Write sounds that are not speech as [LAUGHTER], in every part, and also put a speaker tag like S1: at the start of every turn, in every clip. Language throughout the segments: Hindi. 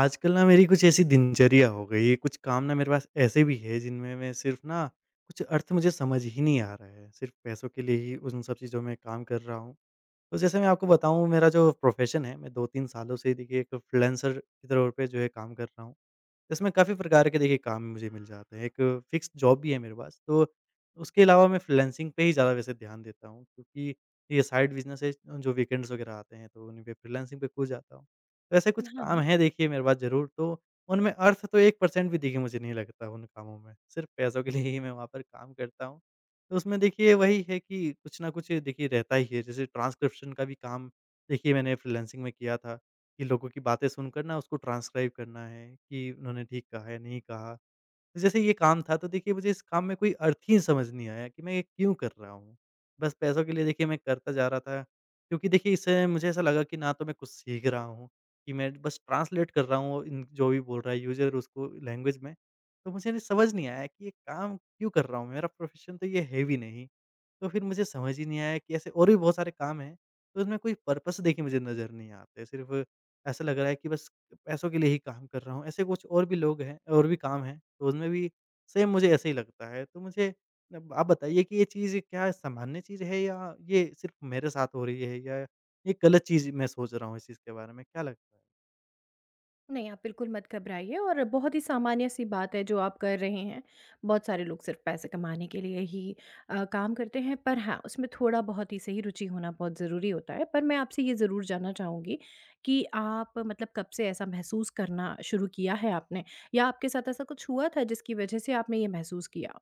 S1: आजकल ना मेरी कुछ ऐसी दिनचर्या हो गई है, कुछ काम ना मेरे पास ऐसे भी है जिनमें मैं सिर्फ ना कुछ अर्थ मुझे समझ ही नहीं आ रहा है। सिर्फ पैसों के लिए ही उन सब चीज़ों में काम कर रहा हूँ। तो जैसे मैं आपको बताऊँ मेरा जो प्रोफ़ेशन है मैं 2-3 सालों से देखिए एक फ्रीलांसर के तौर पे जो है काम कर रहा हूँ। इसमें काफ़ी प्रकार के देखिए काम मुझे मिल जाते हैं। एक फिक्स जॉब भी है मेरे पास, तो उसके अलावा मैं फ्रीलांसिंग पे ही ज़्यादा वैसे ध्यान देता हूँ क्योंकि ये साइड बिज़नेस है। जो वीकेंड्स वगैरह आते हैं तो उन्हीं पे फ्रीलांसिंग पे कूद जाता हूँ। तो ऐसे कुछ
S2: हाँ,
S1: काम हैं देखिए मेरे पास ज़रूर, तो उनमें अर्थ तो 1% भी देखिए मुझे नहीं लगता उन कामों में, सिर्फ़ पैसों के [LAUGHS] लिए ही मैं वहाँ पर काम करता हूँ। तो उसमें देखिए वही है कि कुछ ना कुछ देखिए रहता ही है, जैसे ट्रांसक्रिप्शन का भी काम देखिए मैंने फ्रीलांसिंग में किया था। कि लोगों की बातें सुनकर ना उसको ट्रांसक्राइब करना है कि उन्होंने ठीक कहा या नहीं कहा। तो जैसे ये काम था तो देखिए मुझे इस काम में कोई अर्थ ही समझ नहीं आया कि मैं ये क्यों कर रहा हूँ। बस पैसों के लिए देखिए मैं करता जा रहा था, क्योंकि देखिए इससे मुझे ऐसा लगा कि ना तो मैं कुछ सीख रहा हूँ कि मैं बस ट्रांसलेट कर रहा हूँ इन जो भी बोल रहा है यूज़र उसको लैंग्वेज में। तो मुझे समझ नहीं आया कि ये काम क्यों कर रहा हूँ? मेरा प्रोफ़ेशन तो ये है भी नहीं। तो फिर मुझे समझ ही नहीं आया कि ऐसे और भी बहुत सारे काम हैं, तो उसमें कोई पर्पस देखिए मुझे नज़र नहीं आते। सिर्फ़ ऐसा लग रहा है कि बस पैसों के लिए ही काम कर रहा हूँ। ऐसे कुछ और भी लोग हैं और भी काम हैं, तो उनमें भी सेम मुझे ऐसे ही लगता है। तो मुझे अब आप बताइए कि ये चीज़ क्या सामान्य चीज़ है या ये सिर्फ़ मेरे साथ हो रही है या ये गलत चीज़ मैं सोच रहा हूँ इस चीज़ के बारे में, क्या लगता है?
S2: नहीं आप बिल्कुल मत घबराइए और बहुत ही सामान्य-सी बात है जो आप कर रहे हैं। बहुत सारे लोग सिर्फ़ पैसे कमाने के लिए ही काम करते हैं पर हाँ, उसमें थोड़ा बहुत ही सही रुचि होना बहुत ज़रूरी होता है। पर मैं आपसे ये ज़रूर जानना चाहूँगी कि आप मतलब कब से ऐसा महसूस करना शुरू किया है आपने? या आपके साथ ऐसा कुछ हुआ था जिसकी वजह से आपने ये महसूस किया?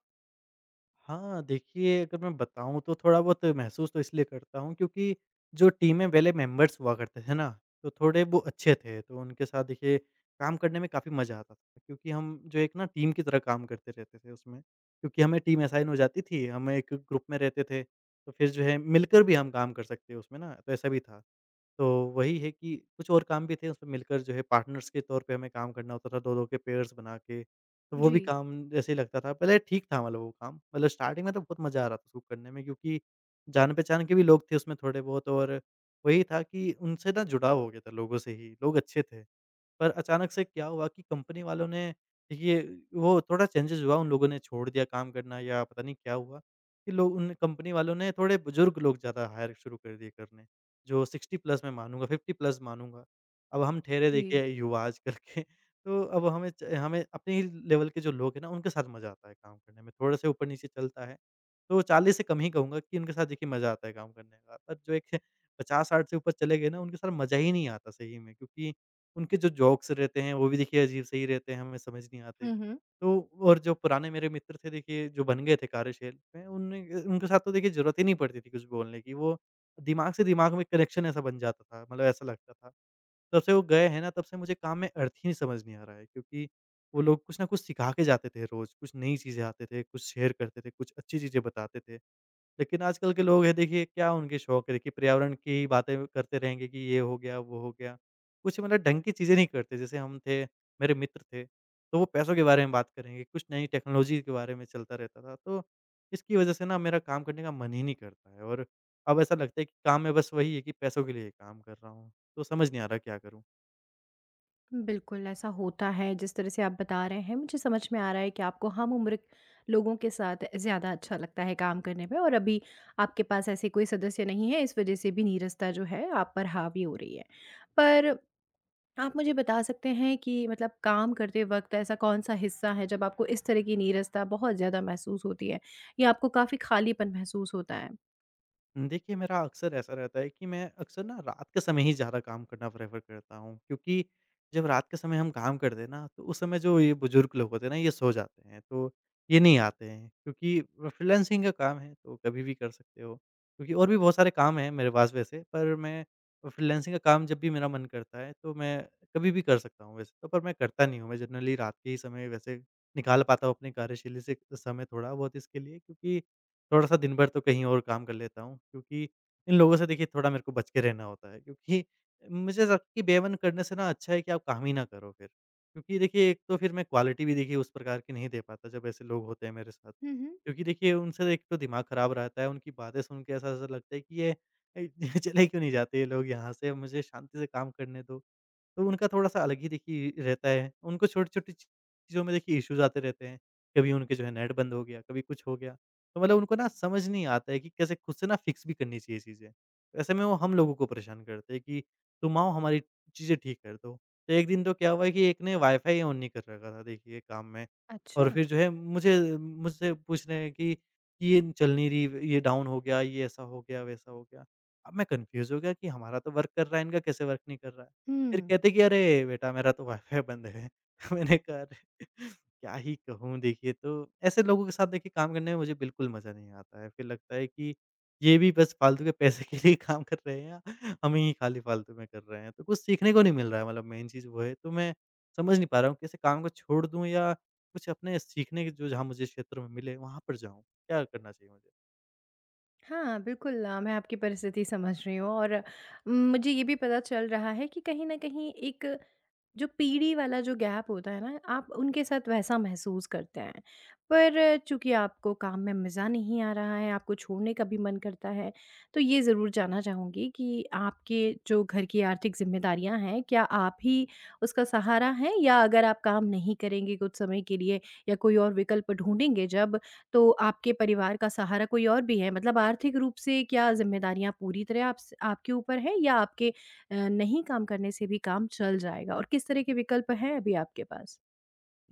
S1: हाँ, देखिए अगर मैं बताऊँ तो थोड़ा बहुत महसूस तो इसलिए करता हूँ क्योंकि जो टीम में पहले मेंबर्स हुआ करते थे ना, तो थोड़े वो अच्छे थे। तो उनके साथ देखिए काम करने में काफ़ी मज़ा आता था, क्योंकि हम जो एक ना टीम की तरह काम करते रहते थे उसमें। क्योंकि हमें टीम असाइन हो जाती थी, हम एक ग्रुप में रहते थे, तो फिर जो है मिलकर भी हम काम कर सकते हैं उसमें ना, तो ऐसा भी था। तो वही है कि कुछ और काम भी थे उसमें मिलकर जो है पार्टनर्स के तौर पे हमें काम करना होता था, 2-2 के पेयर्स बना के। तो वो
S2: जी,
S1: भी काम जैसे ही लगता था, पहले ठीक था मतलब वो काम, मतलब स्टार्टिंग में तो बहुत मज़ा आ रहा था उसको करने में, क्योंकि जान-पहचान के भी लोग थे उसमें थोड़े बहुत और वही था कि उनसे ना जुड़ाव हो गया था लोगों से ही, लोग अच्छे थे। पर अचानक से क्या हुआ कि कंपनी वालों ने ये वो थोड़ा चेंजेज़ हुआ, उन लोगों ने छोड़ दिया काम करना या पता नहीं क्या हुआ कि लोग उन कंपनी वालों ने थोड़े बुज़ुर्ग लोग ज़्यादा हायर शुरू कर दिए करने, जो 60 प्लस मैं मानूँगा, 50 प्लस मानूँगा। अब हम ठहरे
S2: जी।
S1: देखिए युवा आज कल के, [LAUGHS] तो अब हमें च हमें अपने ही लेवल के जो लोग हैं ना, उनके साथ मज़ा आता है काम करने में, थोड़े से ऊपर-नीचे चलता है। तो 40 से कम ही कहूँगा कि उनके साथ देखिए मज़ा आता है काम करने का, पर जो एक 50-60 से ऊपर चले गए ना, उनके साथ मज़ा ही नहीं आता सही में, क्योंकि उनके जो जोक्स रहते हैं, वो भी देखिए अजीब से ही रहते हैं, हमें समझ नहीं आते।
S2: हुँ, हुँ।
S1: तो और जो पुराने मेरे मित्र थे देखिए, जो बन गए थे कार्यशैल में, उनने उनके साथ तो देखिए ज़रूरत ही नहीं पड़ती थी कुछ बोलने की, वो दिमाग से दिमाग में कनेक्शन ऐसा बन जाता था, मतलब ऐसा लगता था। तब से वो गए हैं ना, तब से मुझे काम में अर्थ ही नहीं समझ नहीं आ रहा है, क्योंकि वो लोग कुछ ना कुछ सिखा के जाते थे रोज़, कुछ नई चीज़ें आते थे, कुछ शेयर करते थे, कुछ अच्छी चीज़ें बताते थे। लेकिन आजकल के लोग हैं देखिए क्या उनके शौक है, देखिए पर्यावरण की ही बातें करते रहेंगे कि ये हो गया, वो हो गया। कुछ मतलब ढंग की चीज़ें नहीं करते जैसे हम थे, मेरे मित्र थे, तो वो पैसों के बारे में बात करेंगे, कुछ नई टेक्नोलॉजी के बारे में चलता रहता था। तो इसकी वज़ह से ना मेरा काम करने का मन ही नहीं करता है और अब ऐसा लगता है कि काम में बस वही है कि पैसों के लिए काम कर रहा हूँ। तो समझ नहीं आ रहा क्या करूँ?
S2: बिल्कुल, ऐसा होता है, जिस तरह से आप बता रहे हैं, मुझे समझ में आ रहा है कि आपको हम उम्र लोगों के साथ ज़्यादा अच्छा लगता है काम करने में, और अभी आपके पास ऐसे कोई सदस्य नहीं है, इस वजह से भी नीरसता जो है, आप पर हावी हो रही है। पर आप मुझे बता सकते हैं कि मतलब काम करते वक़्त ऐसा कौन-सा हिस्सा है, जब आपको इस तरह की नीरसता बहुत ज़्यादा महसूस होती है या आपको काफ़ी खालीपन महसूस होता है?
S1: देखिए, मेरा अक्सर ऐसा रहता है कि मैं अक्सर ना रात के समय ही ज़्यादा काम करना प्रेफ़र करता हूँ, क्योंकि जब रात के समय हम काम करते हैं ना, तो उस समय जो ये बुज़ुर्ग लोग होते हैं ना, ये सो जाते हैं, तो ये नहीं आते हैं क्योंकि फ्रीलांसिंग का काम है, तो कभी भी कर सकते हो। क्योंकि और भी बहुत सारे काम हैं मेरे पास वैसे, पर मैं फ्रीलांसिंग का काम जब भी मेरा मन करता है, तो मैं कभी भी कर सकता हूँ वैसे तो, पर मैं करता नहीं हूँ। मैं जनरली रात के ही समय वैसे निकाल पाता हूँ अपने कार्यशैली से समय थोड़ा बहुत इसके लिए, क्योंकि थोड़ा-सा दिन भर तो कहीं और काम कर लेता हूँ, क्योंकि इन लोगों से देखिए थोड़ा मेरे को बच के रहना होता है, क्योंकि मुझे ऐसा लगता है कि बेमन करने से ना अच्छा है कि आप काम ही ना करो फिर। क्योंकि देखिए एक तो फिर मैं क्वालिटी भी देखिए उस प्रकार की नहीं दे पाता जब ऐसे लोग होते हैं मेरे साथ।
S2: हुँ, हुँ।
S1: क्योंकि देखिए उनसे एक तो दिमाग ख़राब रहता है, उनकी बातें सुन के ऐसा-ऐसा लगता है कि ये [LAUGHS] चले क्यों नहीं जाते ये लोग यहाँ से? मुझे शांति से काम करने दो। तो उनका थोड़ा-सा अलग ही देखिए रहता है। उनको छोटी-छोटी ची चीज़ों में देखिए इश्यूज़ आते रहते हैं। कभी उनके जो है नेट बंद हो गया, कभी कुछ हो गया। तो मतलब उनको ना समझ नहीं आता है कि कैसे खुद से ना फिक्स भी करनी चाहिए चीज़ें। ऐसे में वो हम लोगों को परेशान करते हैं कि तुम आओ हमारी चीज़ें ठीक कर दो। तो एक दिन तो क्या हुआ कि एक ने वाईफ़ाई ऑन नहीं कर रखा था देखिए काम में,
S2: अच्छा।
S1: और फिर जो है मुझे मुझसे पूछ रहे हैं कि ये चल नहीं रही, ये डाउन हो गया, ये ऐसा हो गया, वैसा हो गया। अब मैं कन्फ्यूज़ हो गया कि हमारा तो वर्क कर रहा है, इनका कैसे वर्क नहीं कर रहा है। फिर
S2: हुँ।
S1: कहते कि अरे बेटा मेरा तो वाईफ़ाई बंद है। [LAUGHS] मैंने कहा अरे क्या ही कहूँ देखिए, तो ऐसे लोगों के साथ देखिए काम करने में मुझे बिल्कुल मज़ा नहीं आता है। फिर लगता है कि ये भी बस फालतू के पैसे के लिए [LAUGHS] काम कर रहे हैं या हम ही खाली फालतू में कर रहे हैं। तो कुछ सीखने को नहीं मिल रहा है मतलब मेन चीज़ वो है। तो मैं समझ नहीं पा रहा हूँ कैसे काम को छोड़ दूँ या कुछ अपने सीखने के जो जहाँ मुझे क्षेत्र में मिले वहाँ पर जाऊँ? क्या करना चाहिए मुझे?
S2: हाँ, बिल्कुल, मैं आपकी परिस्थिति समझ रही हूँ, और मुझे ये भी पता चल रहा है कि कहीं न कहीं एक जो पीढ़ी वाला जो गैप होता है ना, आप उनके साथ वैसा महसूस करते हैं। पर चूँकि आपको काम में मज़ा नहीं आ रहा है, आपको छोड़ने का भी मन करता है, तो ये ज़रूर जानना चाहूँगी कि आपके जो घर की आर्थिक ज़िम्मेदारियाँ हैं, क्या आप ही उसका सहारा हैं? या अगर आप काम नहीं करेंगे कुछ समय के लिए या कोई और विकल्प ढूँढेंगे जब, तो आपके परिवार का सहारा कोई और भी है? मतलब आर्थिक रूप से क्या ज़िम्मेदारियाँ पूरी तरह आपस आपके ऊपर हैं, या आपके नहीं काम करने से भी काम चल जाएगा, और किस तरह के विकल्प हैं अभी आपके पास?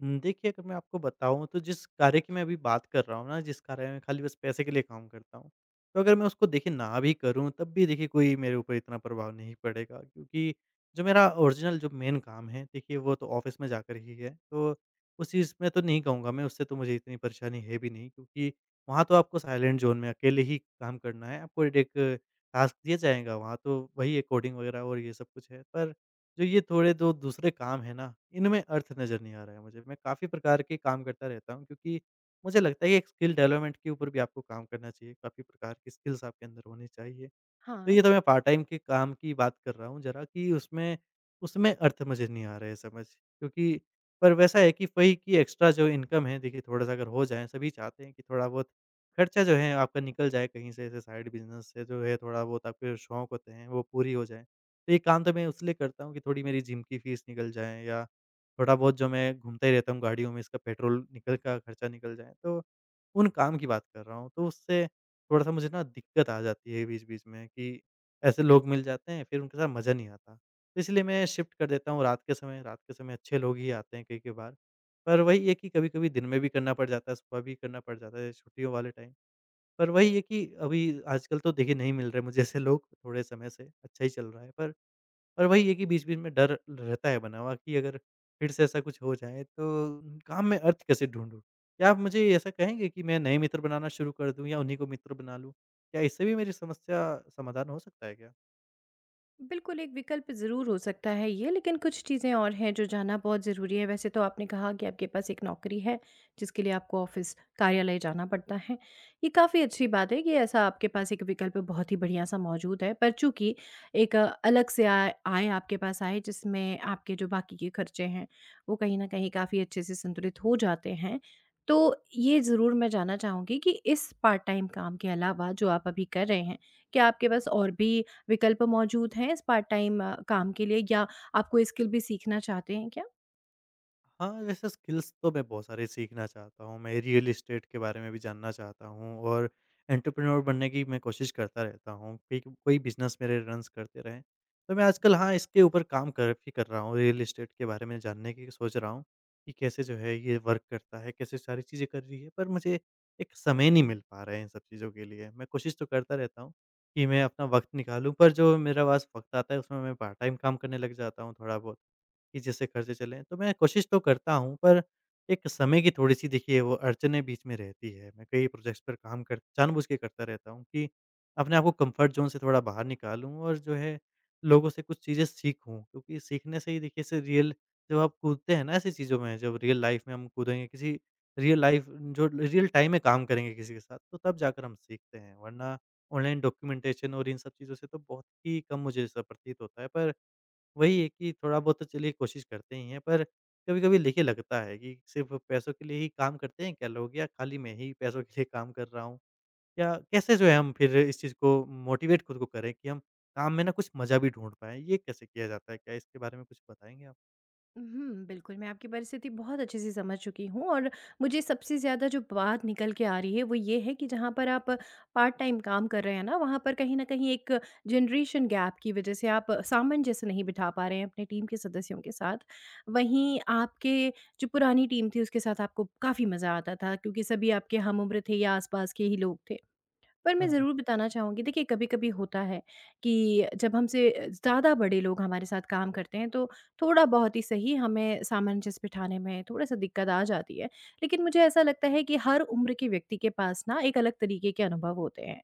S1: देखिए, अगर मैं आपको बताऊँ तो जिस कार्य की मैं अभी बात कर रहा हूँ ना, जिस कार्य में खाली बस पैसे के लिए काम करता हूँ, तो अगर मैं उसको देखिए ना भी करूँ तब भी देखिए कोई मेरे ऊपर इतना प्रभाव नहीं पड़ेगा, क्योंकि जो मेरा ओरिजिनल जो मेन काम है देखिए, वो तो ऑफ़िस में जाकर ही है। तो उस चीज़ में तो नहीं कहूँगा मैं, उससे तो मुझे इतनी परेशानी है भी नहीं, क्योंकि वहाँ तो आपको साइलेंट ज़ोन में अकेले ही काम करना है, आपको एक टास्क दिया जाएगा, वहाँ तो वही है कोडिंग वगैरह और ये सब कुछ है। पर जो ये थोड़े जो दूसरे काम हैं ना, इनमें अर्थ नज़र नहीं आ रहा है मुझे। मैं काफ़ी प्रकार के काम करता रहता हूँ, क्योंकि मुझे लगता है कि एक स्किल डेवलपमेंट के ऊपर भी आपको काम करना चाहिए, काफ़ी प्रकार की स्किल्स आपके अंदर होनी चाहिए। तो
S2: हाँ।
S1: ये तो मैं पार्ट टाइम के काम की बात कर रहा हूँ ज़रा, कि उसमें उसमें अर्थ मुझे नहीं आ रहे समझ, क्योंकि पर वैसा है कि वही कि एक्स्ट्रा जो इनकम है देखिए, थोड़ा-सा अगर हो जाए सभी चाहते हैं कि थोड़ा बहुत खर्चा जो है आपका निकल जाए कहीं से, ऐसे साइड बिज़नेस से जो है थोड़ा बहुत आपके शौक होते हैं वो पूरी हो जाए। तो ये काम तो मैं इसलिए करता हूँ कि थोड़ी मेरी जिम की फ़ीस निकल जाए, या थोड़ा बहुत जो मैं घूमता ही रहता हूँ गाड़ियों में, इसका पेट्रोल निकल का खर्चा निकल जाए। तो उन काम की बात कर रहा हूँ। तो उससे थोड़ा-सा मुझे ना दिक्कत आ जाती है बीच-बीच में, कि ऐसे लोग मिल जाते हैं, फिर उनके साथ मज़ा नहीं आता। तो इसलिए मैं शिफ्ट कर देता हूँ रात के समय, रात के समय अच्छे लोग ही आते हैं कई-कई बार। पर वही है कि कभी-कभी दिन में भी करना पड़ जाता है, सुबह भी करना पड़ जाता है छुट्टियों वाले टाइम। पर वही है कि अभी आजकल तो देखिए नहीं मिल रहे मुझे ऐसे लोग थोड़े समय से, अच्छा ही चल रहा है। पर वही है कि बीच-बीच में डर रहता है बना हुआ, कि अगर फिर से ऐसा कुछ हो जाए तो काम में अर्थ कैसे ढूँढूँ? क्या आप मुझे ऐसा कहेंगे कि मैं नए मित्र बनाना शुरू कर दूँ या उन्हीं को मित्र बना लूँ? क्या इससे भी मेरी समस्या समाधान हो सकता है क्या?
S2: बिल्कुल, एक विकल्प ज़रूर हो सकता है ये, लेकिन कुछ चीज़ें और हैं जो जानना बहुत ज़रूरी है। वैसे तो आपने कहा कि आपके पास एक नौकरी है, जिसके लिए आपको ऑफ़िस, कार्यालय जाना पड़ता है। ये काफ़ी अच्छी बात है कि ऐसा आपके पास एक विकल्प बहुत ही बढ़िया-सा मौजूद है। पर चूँकि एक अलग से आय आय आपके पास आए, जिसमें आपके जो बाकी के खर्चे हैं, वो कहीं न कहीं काफ़ी अच्छे से संतुलित हो जाते हैं। तो ये ज़रूर मैं जानना चाहूँगी कि इस पार्ट टाइम काम के अलावा जो आप अभी कर रहे हैं, क्या आपके पास और भी विकल्प मौजूद हैं इस पार्ट टाइम काम के लिए, या आप कोई स्किल भी सीखना चाहते हैं क्या?
S1: हाँ, जैसे स्किल्स तो मैं बहुत सारे सीखना चाहता हूँ। मैं रियल एस्टेट के बारे में भी जानना चाहता हूँ, और एंटरप्रेन्योर बनने की मैं कोशिश करता रहता हूँ कि कोई बिज़नेस मेरे रन्स करते रहें। तो मैं आजकल हाँ, इसके ऊपर काम कर भी कर रहा हूँ, रियल एस्टेट के बारे में जानने की सोच रहा हूँ कि कैसे जो है ये वर्क करता है, कैसे सारी चीज़ें कर रही है। पर मुझे एक समय नहीं मिल पा रहा है इन सब चीज़ों के लिए। मैं कोशिश तो करता रहता हूँ कि मैं अपना वक़्त निकालूँ, पर जो मेरे पास वक़्त आता है उसमें मैं पार्ट टाइम काम करने लग जाता हूँ थोड़ा बहुत। कि जिससे खर्चे चलें। तो मैं कोशिश तो करता हूँ, पर एक समय की थोड़ी-सी देखिए वो अड़चनें बीच में रहती है। मैं कई प्रोजेक्ट्स पर काम कर जानबूझ के करता रहता हूँ, कि अपने आप को कम्फ़र्ट ज़ोन से थोड़ा बाहर निकालूँ और जो है लोगों से कुछ चीज़ें सीखूँ। क्योंकि सीखने से ही देखिए, इससे रियल जब आप कूदते हैं ना ऐसी चीज़ों में, जब रियल लाइफ़ में हम कूदेंगे किसी, रियल लाइफ़ जो रियल टाइम में काम करेंगे किसी के साथ, तो तब जाकर हम सीखते हैं। वरना ऑनलाइन डॉक्यूमेंटेशन और इन सब चीज़ों से तो बहुत ही कम मुझे ऐसा प्रतीत होता है, पर वही है कि थोड़ा बहुत तो चलिए कोशिश करते ही हैं, पर कभी-कभी देखिए लगता है कि सिर्फ़ पैसों के लिए ही काम करते हैं क्या लोग, या खाली मैं ही पैसों के लिए काम कर रहा हूँ? या कैसे जो है हम फिर इस चीज़ को मोटिवेट खुद को करें कि हम काम में ना कुछ मज़ा भी ढूँढ पाएँ? ये कैसे किया जाता है? क्या इसके बारे में कुछ बताएँगे आप?
S2: हुँ, बिल्कुल, मैं आपकी परिस्थिति बहुत अच्छे से समझ चुकी हूँ, और मुझे सबसे ज़्यादा जो बात निकल के आ रही है वो ये है कि जहाँ पर आप पार्ट टाइम काम कर रहे हैं ना, वहाँ पर कहीं न कहीं एक जनरेशन गैप की वजह से आप सामंजस्य नहीं बिठा पा रहे हैं अपने टीम के सदस्यों के साथ। वहीं आपके जो पुरानी टीम थी उसके साथ आपको काफ़ी मज़ा आता था क्योंकि सभी आपके हम उम्र थे या आस-पास के ही लोग थे। पर मैं
S1: हाँ जी,
S2: ज़रूर बताना चाहूँगी, देखिए कभी-कभी होता है कि जब हमसे ज़्यादा बड़े लोग हमारे साथ काम करते हैं तो थोड़ा-बहुत ही सही हमें सामंजस्य बिठाने में थोड़ा-सा दिक्कत आ जाती है। लेकिन मुझे ऐसा लगता है कि हर उम्र के व्यक्ति के पास ना एक अलग तरीके के अनुभव होते हैं।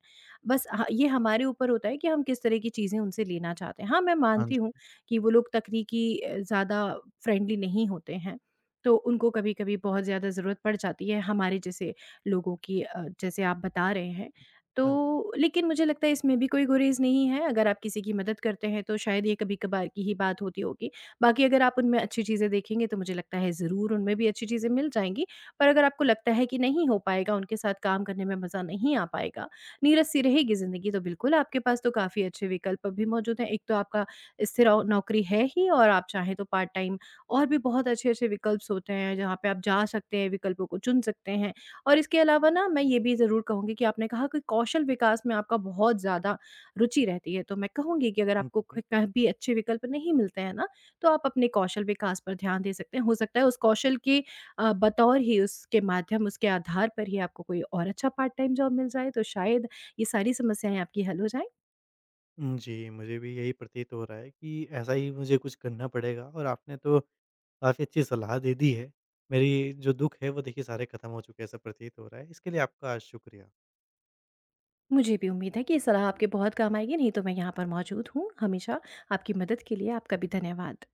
S2: बस ह ये हमारे ऊपर होता है कि हम किस तरह की चीज़ें उनसे लेना चाहते हैं। हाँ, मैं
S1: हाँ
S2: मानती
S1: जी,
S2: हूँ कि वो लोग तकनीकी ज़्यादा फ्रेंडली नहीं होते हैं, तो उनको कभी-कभी बहुत ज़्यादा ज़रूरत पड़ जाती है हमारे जैसे लोगों की, जैसे आप बता रहे हैं।
S1: हाँ जी।
S2: तो लेकिन मुझे लगता है इसमें भी कोई गुरेज़ नहीं है, अगर आप किसी की मदद करते हैं तो शायद ये कभी-कभार की ही बात होती होगी। बाकी अगर आप उनमें अच्छी चीज़ें देखेंगे तो मुझे लगता है ज़रूर उनमें भी अच्छी चीज़ें मिल जाएँगी। पर अगर आपको लगता है कि नहीं हो पाएगा, उनके साथ काम करने में मज़ा नहीं आ पाएगा, नीरस सी रहेगी ज़िंदगी, तो बिल्कुल आपके पास तो काफ़ी अच्छे विकल्प भी मौजूद हैं। एक तो आपका स्थिर औ नौकरी है ही, और आप चाहें तो पार्ट टाइम और भी बहुत अच्छे-अच्छे विकल्प होते हैं, जहाँ पे आप जा सकते हैं, विकल्पों को चुन सकते हैं। और इसके अलावा ना मैं ये भी ज़रूर कहूँगी कि आपने कहा कि कौशल विकास में आपका बहुत ज़्यादा रुचि रहती है, तो मैं कहूँगी कि अगर
S1: हुँ,
S2: आपको
S1: हुँ,
S2: क
S1: हुँ।
S2: कहीं भी अच्छे विकल्प नहीं मिलते हैं ना, तो आप अपने कौशल विकास पर ध्यान दे सकते हैं। हो सकता है उस कौशल के बतौर ही, उसके माध्यम, उसके आधार पर ही आपको कोई और अच्छा पार्ट टाइम जॉब मिल जाए, तो शायद ये सारी समस्याएँ आपकी हल हो जाएँ।
S1: जी, मुझे भी यही प्रतीत हो रहा है कि ऐसा ही मुझे कुछ करना पड़ेगा, और आपने तो काफ़ी अच्छी सलाह दे दी है। मेरी जो दुःख है वो देखिए सारे खत्म हो चुके हैं ऐसा प्रतीत हो रहा है। इसके लिए आपका शुक्रिया।
S2: मुझे भी उम्मीद है कि ये सलाह आपके बहुत काम आएगी, नहीं तो मैं यहाँ पर मौजूद हूँ हमेशा आपकी मदद के लिए। आपका भी धन्यवाद।